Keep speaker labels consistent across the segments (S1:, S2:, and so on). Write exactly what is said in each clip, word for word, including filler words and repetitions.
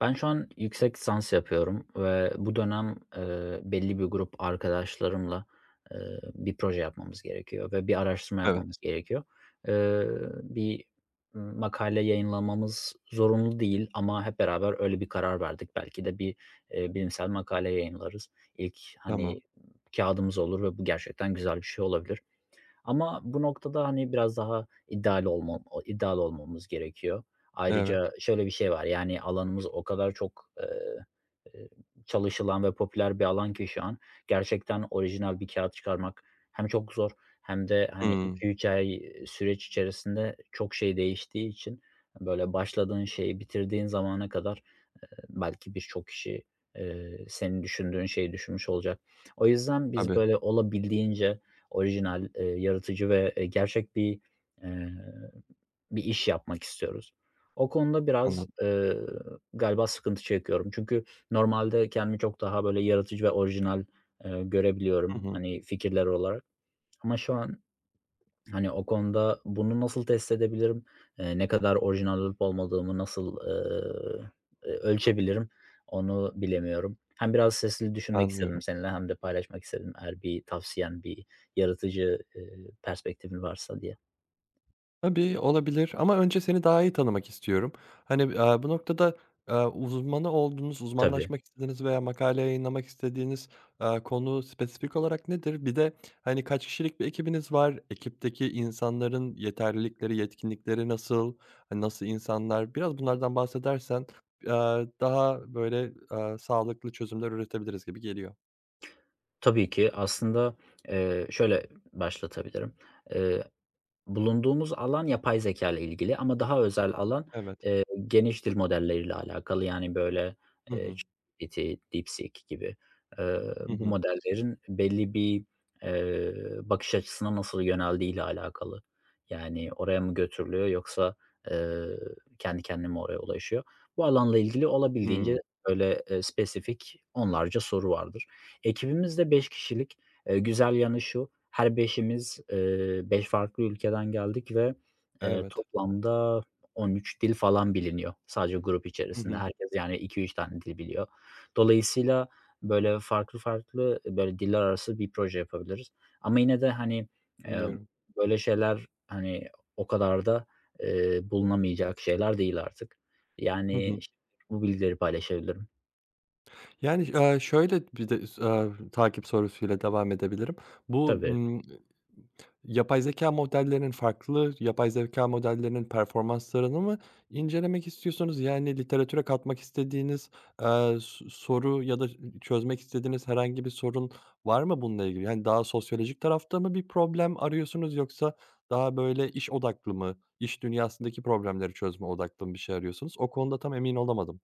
S1: Ben şu an yüksek lisans yapıyorum ve bu dönem, eee, belli bir grup arkadaşlarımla, eee, bir proje yapmamız gerekiyor ve bir araştırma
S2: Evet,
S1: yapmamız gerekiyor. Eee, Bir makale yayınlamamız zorunlu değil ama hep beraber öyle bir karar verdik. Belki de bir, eee, bilimsel makale yayınlarız. İlk,
S2: tamam.
S1: hani, kağıdımız olur ve bu gerçekten güzel bir şey olabilir. Ama bu noktada, hani, biraz daha iddialı olmam o iddialı olmamız gerekiyor.
S2: Evet.
S1: Ayrıca şöyle bir şey var, yani, alanımız o kadar çok, eee, eee, çalışılan ve popüler bir alan ki şu an, gerçekten orijinal bir kağıt çıkarmak hem çok zor hem de, hani,
S2: Hımm.
S1: iki üç ay süreç içerisinde çok şey değiştiği için, böyle, başladığın şeyi bitirdiğin zamana kadar belki birçok kişi, eee, senin düşündüğün şeyi düşünmüş olacak. O yüzden biz
S2: Tabii,
S1: böyle olabildiğince orijinal, eee, yaratıcı ve, eee, gerçek bir, eee, bir iş yapmak istiyoruz. O konuda biraz,
S2: anladım.
S1: eee, galiba sıkıntı çekiyorum. Çünkü normalde kendimi çok daha böyle yaratıcı ve orijinal, eee,
S2: Hı
S1: görebiliyorum,
S2: hı,
S1: hani, fikirler olarak ama şu an, hani, o konuda bunu nasıl test edebilirim? Eee, ne kadar orijinal olup olmadığımı nasıl, eee, eee, ölçebilirim? Onu bilemiyorum. Hem biraz sesli düşünmek istedim
S2: anlıyorum.
S1: seninle hem de paylaşmak istedim eğer bir tavsiyen, bir yaratıcı, eee, perspektifin varsa diye.
S2: Tabii, olabilir ama önce seni daha iyi tanımak istiyorum. Hani, eee, bu noktada, eee, uzmanı olduğunuz,
S1: Tabii.
S2: uzmanlaşmak istediğiniz veya makale yayınlamak istediğiniz, eee, konu spesifik olarak nedir? Bir de, hani, kaç kişilik bir ekibiniz var? Ekipteki insanların yeterlilikleri, yetkinlikleri nasıl? Hani, nasıl insanlar? Biraz bunlardan bahsedersen, eee, daha böyle, eee, sağlıklı çözümler üretebiliriz gibi geliyor.
S1: Tabii ki. Aslında, eee, şöyle başlatabilirim. Eee, Bulunduğumuz alan yapay zeka ile ilgili ama daha özel alan,
S2: Evet.
S1: eee, geniş dil modelleriyle alakalı. Yani, böyle,
S2: Hı
S1: eee,
S2: hı.
S1: ChatGPT, DeepSeek gibi, eee,
S2: Hı
S1: bu
S2: hı.
S1: modellerin belli bir, eee, bakış açısına nasıl yöneldiği ile alakalı. Yani, oraya mı götürülüyor yoksa, eee, kendi kendine mi oraya ulaşıyor? Bu alanla ilgili olabildiğince,
S2: Hımm.
S1: böyle, eee, spesifik onlarca soru vardır. Ekibimiz de beş kişilik. Eee, güzel yanı şu, her beşimiz eee, beş farklı ülkeden geldik ve, eee,
S2: Evet.
S1: toplamda on üç dil falan biliniyor sadece grup
S2: Hı
S1: içerisinde.
S2: hı.
S1: Herkes yani iki üç tane dil biliyor. Dolayısıyla böyle farklı farklı, böyle diller arası bir proje yapabiliriz. Ama yine de, hani, eee,
S2: Anlıyorum.
S1: böyle şeyler, hani, o kadar da, eee, bulunamayacak şeyler değil artık.
S2: Hı
S1: Yani,
S2: hı.
S1: işte, bu bilgileri paylaşabilirim.
S2: Yani, eee, şöyle bir de s eee, takip sorusuyla devam edebilirim. Bu,
S1: Tabii.
S2: ımm, yapay zekâ modellerinin farklı yapay zekâ modellerinin performanslarını mı incelemek istiyorsunuz? Yani literatüre katmak istediğiniz, eee, s soru ya da çözmek istediğiniz herhangi bir sorun var mı bununla ilgili? Yani daha sosyolojik tarafta mı bir problem arıyorsunuz yoksa daha böyle iş odaklı mı, iş dünyasındaki problemleri çözme odaklı mı bir şey arıyorsunuz? O konuda tam emin olamadım.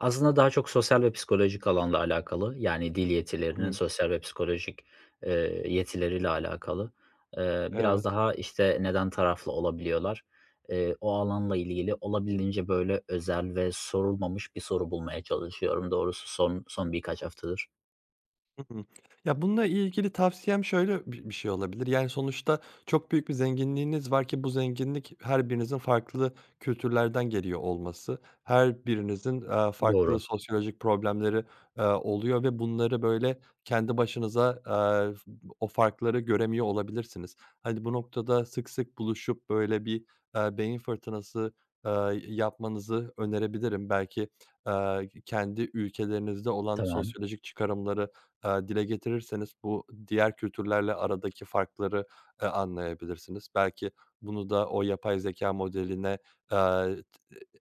S1: Aslında daha çok sosyal ve psikolojik alanla alakalı. Yani dil
S2: Hı
S1: yetilerinin
S2: hı.
S1: sosyal ve psikolojik, eee, yetileriyle alakalı. Eee, biraz
S2: Evet.
S1: daha, işte, neden taraflı olabiliyorlar? Eee, o alanla ilgili olabildiğince, böyle, özel ve sorulmamış bir soru bulmaya çalışıyorum doğrusu son son birkaç haftadır.
S2: Hı hı. Ya, bununla ilgili tavsiyem şöyle bi bir şey olabilir. Yani, sonuçta çok büyük bir zenginliğiniz var ki bu zenginlik her birinizin farklı kültürlerden geliyor olması. Her birinizin, eee, farklı
S1: Doğru.
S2: sosyolojik problemleri, eee, oluyor ve bunları, böyle, kendi başınıza, eee, f o farkları göremiyor olabilirsiniz. Hani, bu noktada sık sık buluşup, böyle, bir, eee, beyin fırtınası, eee, yapmanızı önerebilirim. Belki, eee, kendi ülkelerinizde olan
S1: Tamam.
S2: sosyolojik çıkarımları eee, dile getirirseniz bu diğer kültürlerle aradaki farkları, eee, anlayabilirsiniz. Belki bunu da o yapay zeka modeline, eee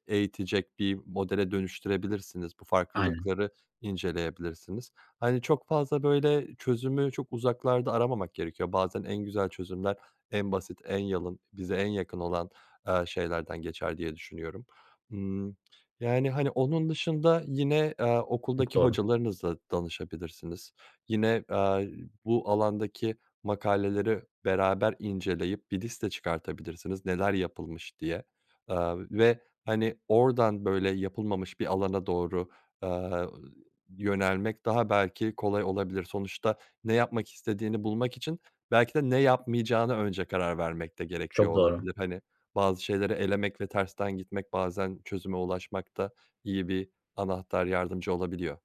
S2: eğitecek bir modele dönüştürebilirsiniz. Bu
S1: Aynen.
S2: farklılıkları inceleyebilirsiniz. Hani, çok fazla, böyle, çözümü çok uzaklarda aramamak gerekiyor. Bazen en güzel çözümler en basit, en yalın, bize en yakın olan, eee, şeylerden geçer diye düşünüyorum. Imm, yani, hani, onun dışında yine, eee,
S1: Çok
S2: okuldaki
S1: doğru.
S2: hocalarınızla danışabilirsiniz. Yine, eee, bu alandaki makaleleri beraber inceleyip bir liste çıkartabilirsiniz neler yapılmış diye, eee, ve hani, oradan, böyle, yapılmamış bir alana doğru, eee, yönelmek daha belki kolay olabilir. Sonuçta ne yapmak istediğini bulmak için belki de ne yapmayacağına önce karar vermek de gerekiyor
S1: Çok doğru.
S2: olabilir. Hani, bazı şeyleri elemek ve tersten gitmek bazen çözüme ulaşmakta iyi bir anahtar, yardımcı olabiliyor.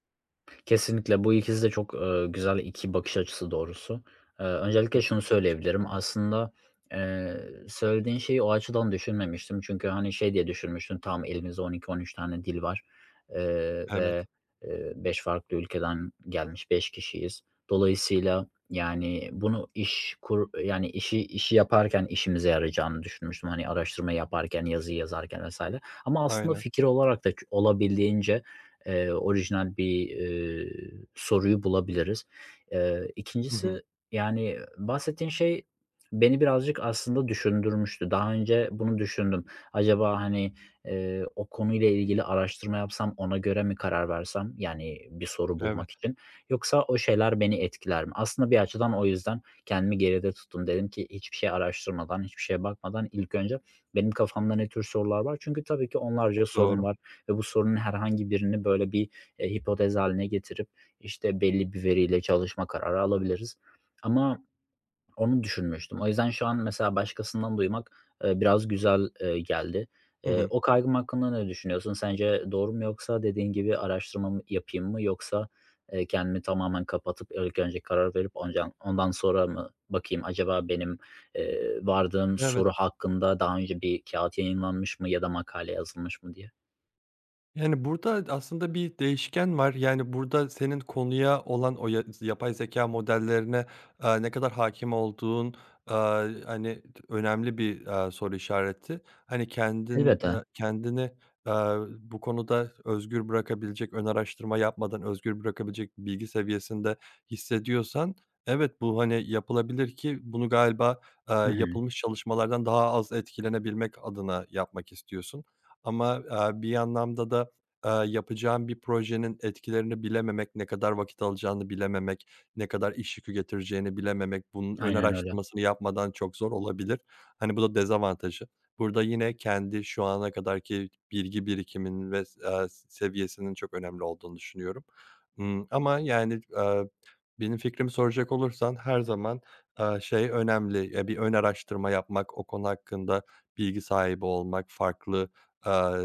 S1: Kesinlikle bu ikisi de çok, eee, güzel iki bakış açısı doğrusu. Eee,
S2: Hı hı.
S1: öncelikle şunu söyleyebilirim.
S2: Teşekkürler.
S1: Aslında, eee, söylediğin şeyi o açıdan düşünmemiştim. Çünkü, hani, şey diye düşünmüştüm, tamam elimizde on iki on üç tane dil var, eee, ve,
S2: Evet,
S1: beş farklı ülkeden gelmiş beş kişiyiz. Dolayısıyla, yani, bunu iş kur yani, işi işi yaparken işimize yarayacağını düşünmüştüm. Hani, araştırma yaparken, yazıyı yazarken vesaire ama aslında
S2: aynen.
S1: fikir olarak da olabildiğince Eee, orijinal bir, eee, soruyu bulabiliriz. Eee,
S2: Hı hı.
S1: ikincisi, yani, bahsettiğin şey beni birazcık aslında düşündürmüştü. Daha önce bunu düşündüm. Acaba, hani, eee, o konuyla ilgili araştırma yapsam, ona göre mi karar versem, yani, bir soru
S2: Evet,
S1: bulmak için yoksa o şeyler beni etkiler mi? Aslında bir açıdan o yüzden kendimi geride tuttum. Dedim ki hiçbir şey araştırmadan, hiçbir şeye bakmadan ilk önce benim kafamda ne tür sorular var? Çünkü tabii ki onlarca sorun
S2: doğru.
S1: var ve bu sorunun herhangi birini böyle bir, eee, hipotez haline getirip, işte, belli bir veriyle çalışma kararı alabiliriz ama onu düşünmüştüm. O yüzden şu an mesela başkasından duymak, eee, biraz güzel, eee, geldi.
S2: Hı
S1: Eee,
S2: hı.
S1: o kaygım hakkında ne düşünüyorsun? Sence doğru mu yoksa dediğin gibi araştırmamı yapayım mı yoksa, eee, kendimi tamamen kapatıp ilk önce karar verip ondan ondan sonra mı bakayım acaba benim, eee, vardığım
S2: Evet.
S1: soru hakkında daha önce bir kağıt yayınlanmış mı ya da makale yazılmış mı diye?
S2: Yani, burada aslında bir değişken var. Yani, burada senin konuya olan o ya yapay zeka modellerine, aaa, ne kadar hakim olduğun, aaa, hani, önemli bir, aaa, soru işareti. Hani, kendin
S1: Elbette.
S2: eee, kendini, aaa, bu konuda özgür bırakabilecek, ön araştırma yapmadan özgür bırakabilecek bir bilgi seviyesinde hissediyorsan evet, bu, hani, yapılabilir ki bunu galiba, aaa,
S1: Hı hı.
S2: yapılmış çalışmalardan daha az etkilenebilmek adına yapmak istiyorsun. Ama, aaa, bir anlamda da eee, yapacağın bir projenin etkilerini bilememek, ne kadar vakit alacağını bilememek, ne kadar iş yükü getireceğini bilememek, bunun ön
S1: Aynen öyle.
S2: araştırmasını yapmadan çok zor olabilir. Hani, bu da dezavantajı. Burada yine kendi şu ana kadarki bilgi birikimin ve s eee, seviyesinin çok önemli olduğunu düşünüyorum. Imm, ama yani, benim fikrimi soracak olursan her zaman, eee, şey önemli, ya, bir ön araştırma yapmak, o konu hakkında bilgi sahibi olmak, farklı, eee,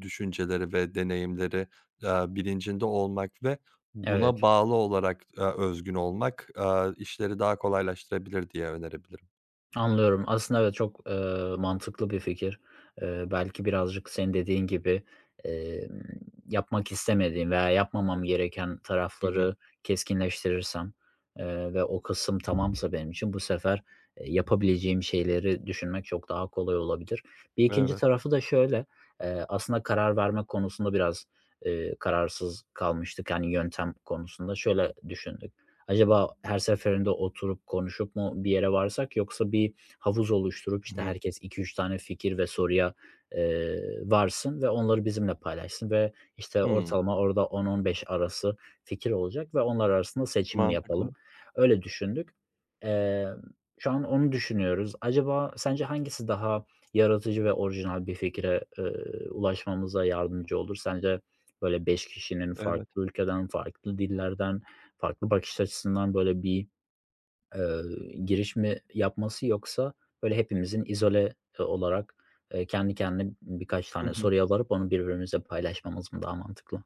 S2: düşünceleri ve deneyimleri, eee, bilincinde olmak ve
S1: Evet,
S2: buna bağlı olarak, eee, özgün olmak, eee, işleri daha kolaylaştırabilir diye önerebilirim.
S1: anlıyorum. Aslında evet, çok, eee, mantıklı bir fikir. Eee, belki birazcık senin dediğin gibi, emm, yapmak istemediğim veya yapmamam gereken
S2: Hı hı.
S1: tarafları keskinleştirirsem, eee, ve o kısım tamamsa benim için bu sefer, eee, yapabileceğim şeyleri düşünmek çok daha kolay olabilir. Bir ikinci
S2: Evet.
S1: tarafı da şöyle, eee, aslında karar verme konusunda biraz, eee, kararsız kalmıştık, yani yöntem konusunda. Şöyle düşündük. Acaba her seferinde oturup konuşup mu bir yere varsak yoksa bir havuz oluşturup,
S2: Hı
S1: işte,
S2: hı.
S1: herkes iki üç tane fikir ve soruya, eee, varsın ve onları bizimle paylaşsın ve, işte, ortalama orada on on beş arası fikir olacak ve onlar arasında seçim mi yapalım?
S2: Mantıklı.
S1: Öyle düşündük. Emm, Şu an onu düşünüyoruz. Acaba sence hangisi daha yaratıcı ve orijinal bir fikre, eee, ulaşmamıza yardımcı olur? Sence böyle beş kişinin
S2: Evet.
S1: farklı ülkeden, farklı dillerden, farklı bakış açısından böyle bir, eee, giriş mi yapması yoksa böyle hepimizin izole, eee, olarak, eee, kendi kendine birkaç
S2: Hı
S1: tane
S2: hı.
S1: soruya varıp onu birbirimizle paylaşmamız mı daha mantıklı?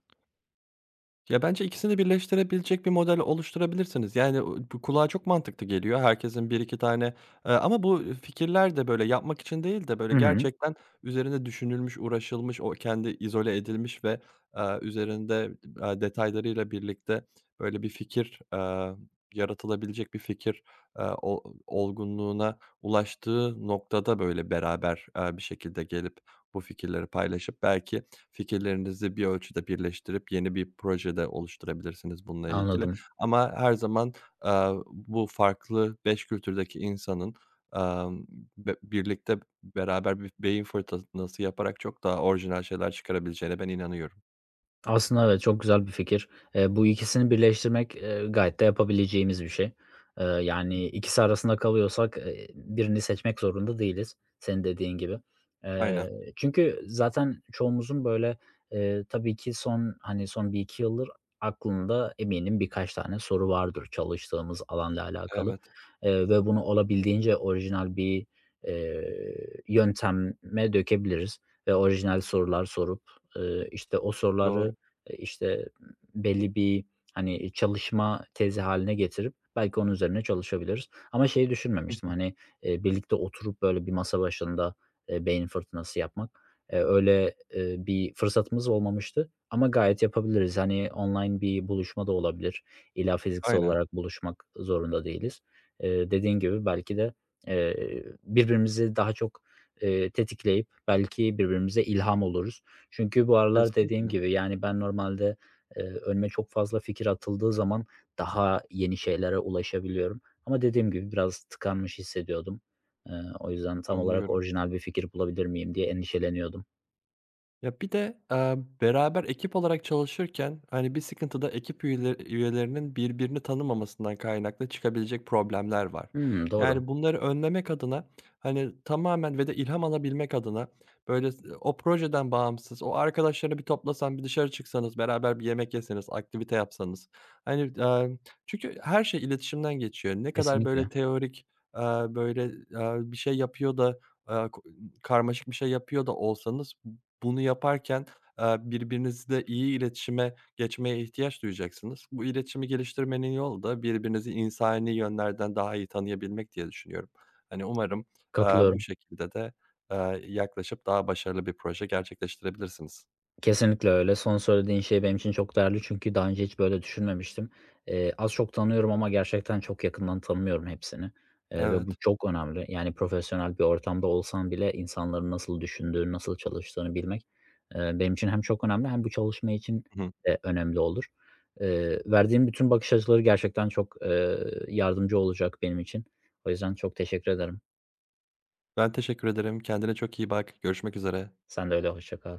S2: Ya, bence ikisini birleştirebilecek bir model oluşturabilirsiniz. Yani, o bu kulağa çok mantıklı geliyor. Herkesin bir iki tane, eee, ama bu fikirler de, böyle, yapmak için değil de, böyle,
S1: Hı hı,
S2: gerçekten üzerinde düşünülmüş, uğraşılmış, o kendi izole edilmiş ve, eee, üzerinde, eee, detaylarıyla birlikte, böyle, bir fikir, eee, yaratılabilecek bir fikir, eee, o olgunluğuna ulaştığı noktada, böyle, beraber, eee, bir şekilde gelip bu fikirleri paylaşıp belki, fikirlerinizi bir ölçüde birleştirip yeni bir projede oluşturabilirsiniz bununla ilgili.
S1: anladım.
S2: Ama her zaman, eee, bu farklı beş kültürdeki insanın, emm, be birlikte beraber bir beyin fırtınası yaparak çok daha orijinal şeyler çıkarabileceğine ben inanıyorum.
S1: Aslında evet, çok güzel bir fikir. Eee, bu ikisini birleştirmek, eee, gayet de yapabileceğimiz bir şey. Eee, yani ikisi arasında kalıyorsak, eee, birini seçmek zorunda değiliz, senin dediğin gibi.
S2: Aynen,
S1: Eee, Çünkü zaten çoğumuzun böyle, eee, tabii ki son, hani, son bir iki yıldır aklında eminim birkaç tane soru vardır çalıştığımız alanla alakalı,
S2: evet,
S1: eee, ve bunu olabildiğince orijinal bir, eee, yönteme dökebiliriz ve orijinal sorular sorup, eee, işte, o
S2: doğru.
S1: soruları Eee, işte, belli bir, hani, çalışma tezi haline getirip belki onun üzerine çalışabiliriz. Ama şeyi
S2: Hı
S1: düşünmemiştim,
S2: hı.
S1: hani, eee, birlikte oturup, böyle, bir masa başında, eee, beyin fırtınası yapmak. Eee, öyle, eee, bir fırsatımız olmamıştı ama gayet yapabiliriz. Hani, online bir buluşma da olabilir. İlla fiziksel
S2: Aynen,
S1: olarak buluşmak zorunda değiliz. Eee, dediğin gibi belki de, eee, birbirimizi daha çok, eee, tetikleyip belki birbirimize ilham oluruz. Çünkü bu aralar dediğim
S2: kesinlikle
S1: gibi, yani, ben normalde, eee, önüme çok fazla fikir atıldığı zaman daha yeni şeylere ulaşabiliyorum ama dediğim gibi biraz tıkanmış hissediyordum. Eee, O yüzden tam olarak
S2: anlıyorum.
S1: orijinal bir fikir bulabilir miyim diye endişeleniyordum.
S2: Ya, bir de, eee, beraber ekip olarak çalışırken, hani, bir sıkıntı da ekip üyeler üyelerinin birbirini tanımamasından kaynaklı çıkabilecek problemler var.
S1: Hımm, doğru.
S2: Yani, bunları önlemek adına, hani, tamamen ve de ilham alabilmek adına, böyle, s o projeden bağımsız, o arkadaşları bir toplasan, bir dışarı çıksanız, beraber bir yemek yeseniz, aktivite yapsanız, hani, eee, çünkü her şey iletişimden geçiyor. Ne kadar, böyle,
S1: Kesinlikle.
S2: teorik, eee, böyle, eee, bir şey yapıyor da, eee, ko karmaşık bir şey yapıyor da olsanız bunu yaparken, eee, birbirinizle iyi iletişime geçmeye ihtiyaç duyacaksınız. Bu iletişimi geliştirmenin yolu da birbirinizi insani yönlerden daha iyi tanıyabilmek diye düşünüyorum. Hani, umarım, eee, bu
S1: Katılıyorum.
S2: şekilde de, eee, yaklaşıp daha başarılı bir proje gerçekleştirebilirsiniz.
S1: Kesinlikle öyle. Son söylediğin şey benim için çok değerli çünkü daha önce hiç böyle düşünmemiştim. Eee, az çok tanıyorum ama gerçekten çok yakından tanımıyorum hepsini, eee, ve bu
S2: Evet.
S1: çok önemli. Yani profesyonel bir ortamda olsan bile insanların nasıl düşündüğünü, nasıl çalıştığını bilmek, eee, benim için hem çok önemli hem bu çalışma için
S2: Hı
S1: de önemli olur. Eee, verdiğin bütün bakış açıları gerçekten çok, eee, yardımcı olacak benim için. O yüzden çok teşekkür ederim.
S2: ben teşekkür ederim. Kendine çok iyi bak. Görüşmek üzere.
S1: Sen de öyle, hoşça kal.